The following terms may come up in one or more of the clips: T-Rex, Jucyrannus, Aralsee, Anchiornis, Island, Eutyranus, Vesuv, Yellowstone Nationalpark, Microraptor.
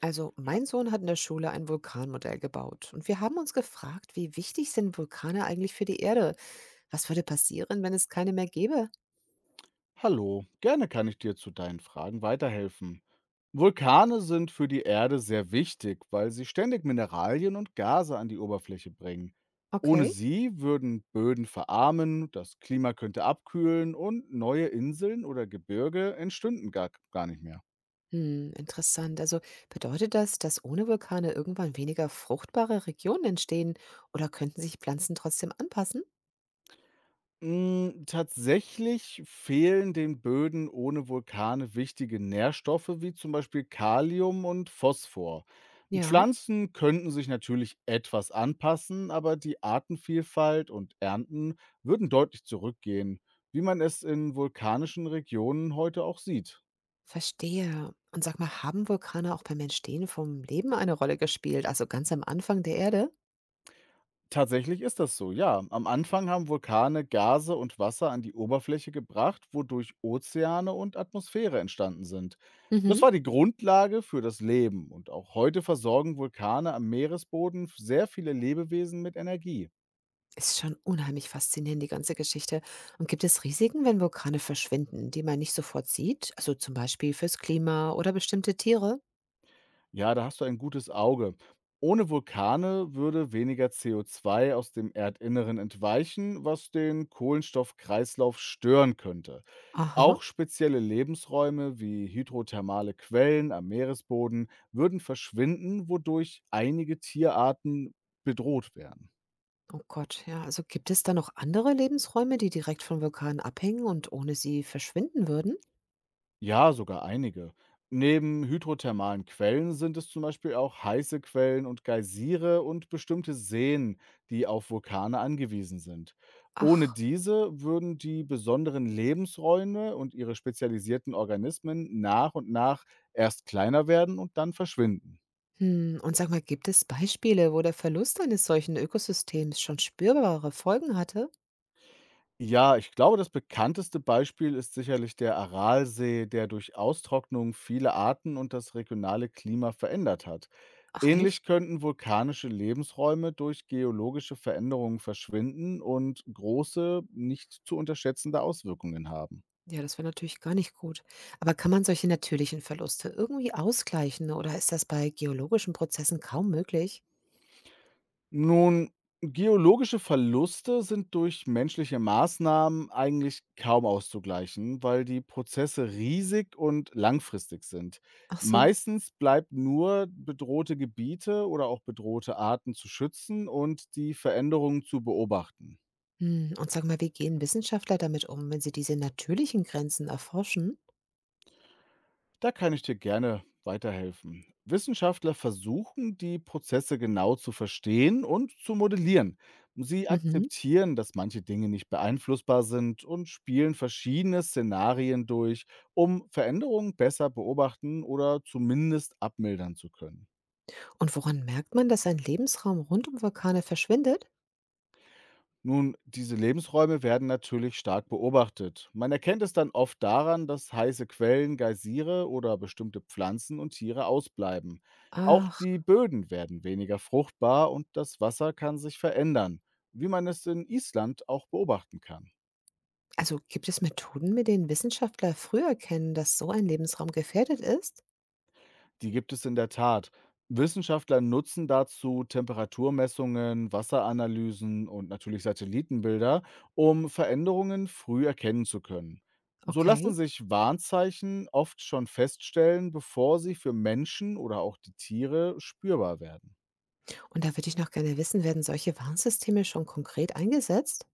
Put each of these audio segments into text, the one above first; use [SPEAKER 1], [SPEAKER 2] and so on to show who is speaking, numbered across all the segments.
[SPEAKER 1] Also, mein Sohn hat in der Schule ein Vulkanmodell gebaut und wir haben uns gefragt, wie wichtig sind Vulkane eigentlich für die Erde? Was würde passieren, wenn es keine mehr gäbe?
[SPEAKER 2] Hallo, gerne kann ich dir zu deinen Fragen weiterhelfen. Vulkane sind für die Erde sehr wichtig, weil sie ständig Mineralien und Gase an die Oberfläche bringen. Ohne
[SPEAKER 1] Okay.
[SPEAKER 2] sie würden Böden verarmen, das Klima könnte abkühlen und neue Inseln oder Gebirge entstünden gar, gar nicht mehr.
[SPEAKER 1] Hm, interessant. Also bedeutet das, dass ohne Vulkane irgendwann weniger fruchtbare Regionen entstehen oder könnten sich Pflanzen trotzdem anpassen?
[SPEAKER 2] Hm, tatsächlich fehlen den Böden ohne Vulkane wichtige Nährstoffe wie zum Beispiel Kalium und Phosphor.
[SPEAKER 1] Ja,
[SPEAKER 2] Pflanzen könnten sich natürlich etwas anpassen, aber die Artenvielfalt und Ernten würden deutlich zurückgehen, wie man es in vulkanischen Regionen heute auch sieht.
[SPEAKER 1] verstehe. Und sag mal, haben Vulkane auch beim Entstehen vom Leben eine Rolle gespielt, also ganz am Anfang der Erde?
[SPEAKER 2] Tatsächlich ist das so, ja. Am Anfang haben Vulkane Gase und Wasser an die Oberfläche gebracht, wodurch Ozeane und Atmosphäre entstanden sind.
[SPEAKER 1] Mhm.
[SPEAKER 2] Das war die Grundlage für das Leben und auch heute versorgen Vulkane am Meeresboden sehr viele Lebewesen mit Energie.
[SPEAKER 1] Ist schon unheimlich faszinierend, die ganze Geschichte. Und gibt es Risiken, wenn Vulkane verschwinden, die man nicht sofort sieht? Also zum Beispiel fürs Klima oder bestimmte Tiere?
[SPEAKER 2] Ja, da hast du ein gutes Auge. Ohne Vulkane würde weniger CO2 aus dem Erdinneren entweichen, was den Kohlenstoffkreislauf stören könnte.
[SPEAKER 1] Aha.
[SPEAKER 2] Auch spezielle Lebensräume wie hydrothermale Quellen am Meeresboden würden verschwinden, wodurch einige Tierarten bedroht wären.
[SPEAKER 1] Oh Gott, ja. Also gibt es da noch andere Lebensräume, die direkt von Vulkanen abhängen und ohne sie verschwinden würden?
[SPEAKER 2] Ja, sogar einige. Neben hydrothermalen Quellen sind es zum Beispiel auch heiße Quellen und Geysire und bestimmte Seen, die auf Vulkane angewiesen sind. Ohne
[SPEAKER 1] Ach.
[SPEAKER 2] diese würden die besonderen Lebensräume und ihre spezialisierten Organismen nach und nach erst kleiner werden und dann verschwinden.
[SPEAKER 1] Hm. Und sag mal, gibt es Beispiele, wo der Verlust eines solchen Ökosystems schon spürbare Folgen hatte?
[SPEAKER 2] Ja, ich glaube, das bekannteste Beispiel ist sicherlich der Aralsee, der durch Austrocknung viele Arten und das regionale Klima verändert hat.
[SPEAKER 1] Ach
[SPEAKER 2] Ähnlich
[SPEAKER 1] echt?
[SPEAKER 2] könnten vulkanische Lebensräume durch geologische Veränderungen verschwinden und große, nicht zu unterschätzende Auswirkungen haben.
[SPEAKER 1] Ja, das wäre natürlich gar nicht gut. Aber kann man solche natürlichen Verluste irgendwie ausgleichen oder ist das bei geologischen Prozessen kaum möglich?
[SPEAKER 2] Nun, geologische Verluste sind durch menschliche Maßnahmen eigentlich kaum auszugleichen, weil die Prozesse riesig und langfristig sind.
[SPEAKER 1] Ach so.
[SPEAKER 2] Meistens bleibt nur bedrohte Gebiete oder auch bedrohte Arten zu schützen und die Veränderungen zu beobachten.
[SPEAKER 1] Hm. Und sag mal, wie gehen Wissenschaftler damit um, wenn sie diese natürlichen Grenzen erforschen?
[SPEAKER 2] Da kann ich dir gerne weiterhelfen. Wissenschaftler versuchen, die Prozesse genau zu verstehen und zu modellieren. Sie
[SPEAKER 1] Mhm.
[SPEAKER 2] akzeptieren, dass manche Dinge nicht beeinflussbar sind und spielen verschiedene Szenarien durch, um Veränderungen besser beobachten oder zumindest abmildern zu können.
[SPEAKER 1] Und woran merkt man, dass ein Lebensraum rund um Vulkane verschwindet?
[SPEAKER 2] Nun, diese Lebensräume werden natürlich stark beobachtet. Man erkennt es dann oft daran, dass heiße Quellen, Geysire oder bestimmte Pflanzen und Tiere ausbleiben. Auch
[SPEAKER 1] Ach,
[SPEAKER 2] die Böden werden weniger fruchtbar und das Wasser kann sich verändern, wie man es in Island auch beobachten kann.
[SPEAKER 1] also gibt es Methoden, mit denen Wissenschaftler früh erkennen, dass so ein Lebensraum gefährdet ist?
[SPEAKER 2] Die gibt es in der Tat. Wissenschaftler nutzen dazu Temperaturmessungen, Wasseranalysen und natürlich Satellitenbilder, um Veränderungen früh erkennen zu können. So lassen
[SPEAKER 1] Okay.
[SPEAKER 2] sich Warnzeichen oft schon feststellen, bevor sie für Menschen oder auch die Tiere spürbar werden.
[SPEAKER 1] Und da würde ich noch gerne wissen, werden solche Warnsysteme schon konkret eingesetzt?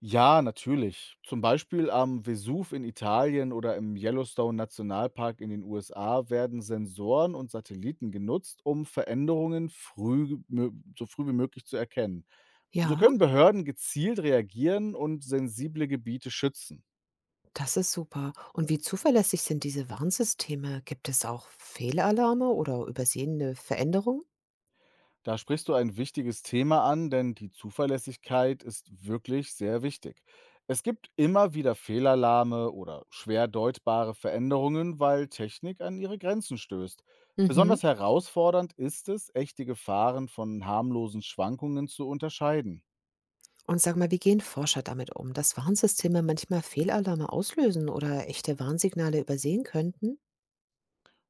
[SPEAKER 2] Ja, natürlich. Zum Beispiel am Vesuv in Italien oder im Yellowstone Nationalpark in den USA werden Sensoren und Satelliten genutzt, um Veränderungen so früh wie möglich zu erkennen. So
[SPEAKER 1] Ja.
[SPEAKER 2] können Behörden gezielt reagieren und sensible Gebiete schützen.
[SPEAKER 1] Das ist super. Und wie zuverlässig sind diese Warnsysteme? Gibt es auch Fehlalarme oder übersehene Veränderungen?
[SPEAKER 2] Da sprichst du ein wichtiges Thema an, denn die Zuverlässigkeit ist wirklich sehr wichtig. Es gibt immer wieder Fehlalarme oder schwer deutbare Veränderungen, weil Technik an ihre Grenzen stößt.
[SPEAKER 1] Mhm.
[SPEAKER 2] Besonders herausfordernd ist es, echte Gefahren von harmlosen Schwankungen zu unterscheiden.
[SPEAKER 1] Und sag mal, wie gehen Forscher damit um, dass Warnsysteme manchmal Fehlalarme auslösen oder echte Warnsignale übersehen könnten?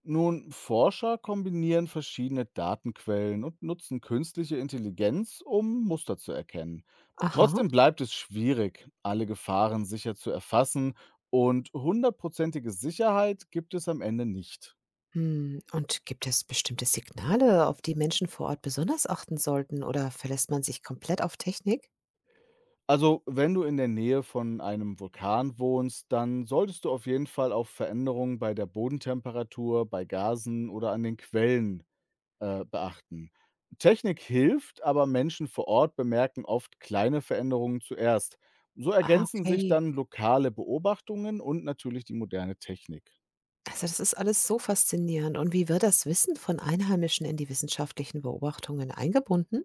[SPEAKER 2] Nun, Forscher kombinieren verschiedene Datenquellen und nutzen künstliche Intelligenz, um Muster zu erkennen.
[SPEAKER 1] Aha.
[SPEAKER 2] Trotzdem bleibt es schwierig, alle Gefahren sicher zu erfassen und hundertprozentige Sicherheit gibt es am Ende nicht.
[SPEAKER 1] Hm. Und gibt es bestimmte Signale, auf die Menschen vor Ort besonders achten sollten oder verlässt man sich komplett auf Technik?
[SPEAKER 2] Also, wenn du in der Nähe von einem Vulkan wohnst, dann solltest du auf jeden Fall auf Veränderungen bei der Bodentemperatur, bei Gasen oder an den Quellen beachten. Technik hilft, aber Menschen vor Ort bemerken oft kleine Veränderungen zuerst. So
[SPEAKER 1] Ah,
[SPEAKER 2] ergänzen sich
[SPEAKER 1] okay.
[SPEAKER 2] dann lokale Beobachtungen und natürlich die moderne Technik.
[SPEAKER 1] Also das ist alles so faszinierend. Und wie wird das Wissen von Einheimischen in die wissenschaftlichen Beobachtungen eingebunden?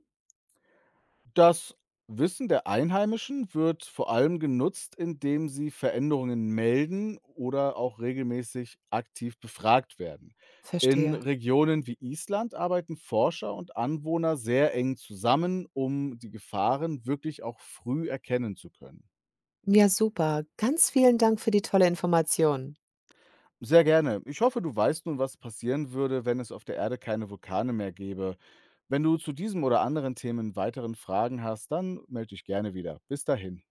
[SPEAKER 2] Das Wissen der Einheimischen wird vor allem genutzt, indem sie Veränderungen melden oder auch regelmäßig aktiv befragt werden. In
[SPEAKER 1] Verstehe.
[SPEAKER 2] Regionen wie Island arbeiten Forscher und Anwohner sehr eng zusammen, um die Gefahren wirklich auch früh erkennen zu können.
[SPEAKER 1] Ja, super. Ganz vielen Dank für die tolle Information.
[SPEAKER 2] Sehr gerne. Ich hoffe, du weißt nun, was passieren würde, wenn es auf der Erde keine Vulkane mehr gäbe. Wenn du zu diesem oder anderen Themen weiteren Fragen hast, dann melde dich gerne wieder. Bis dahin.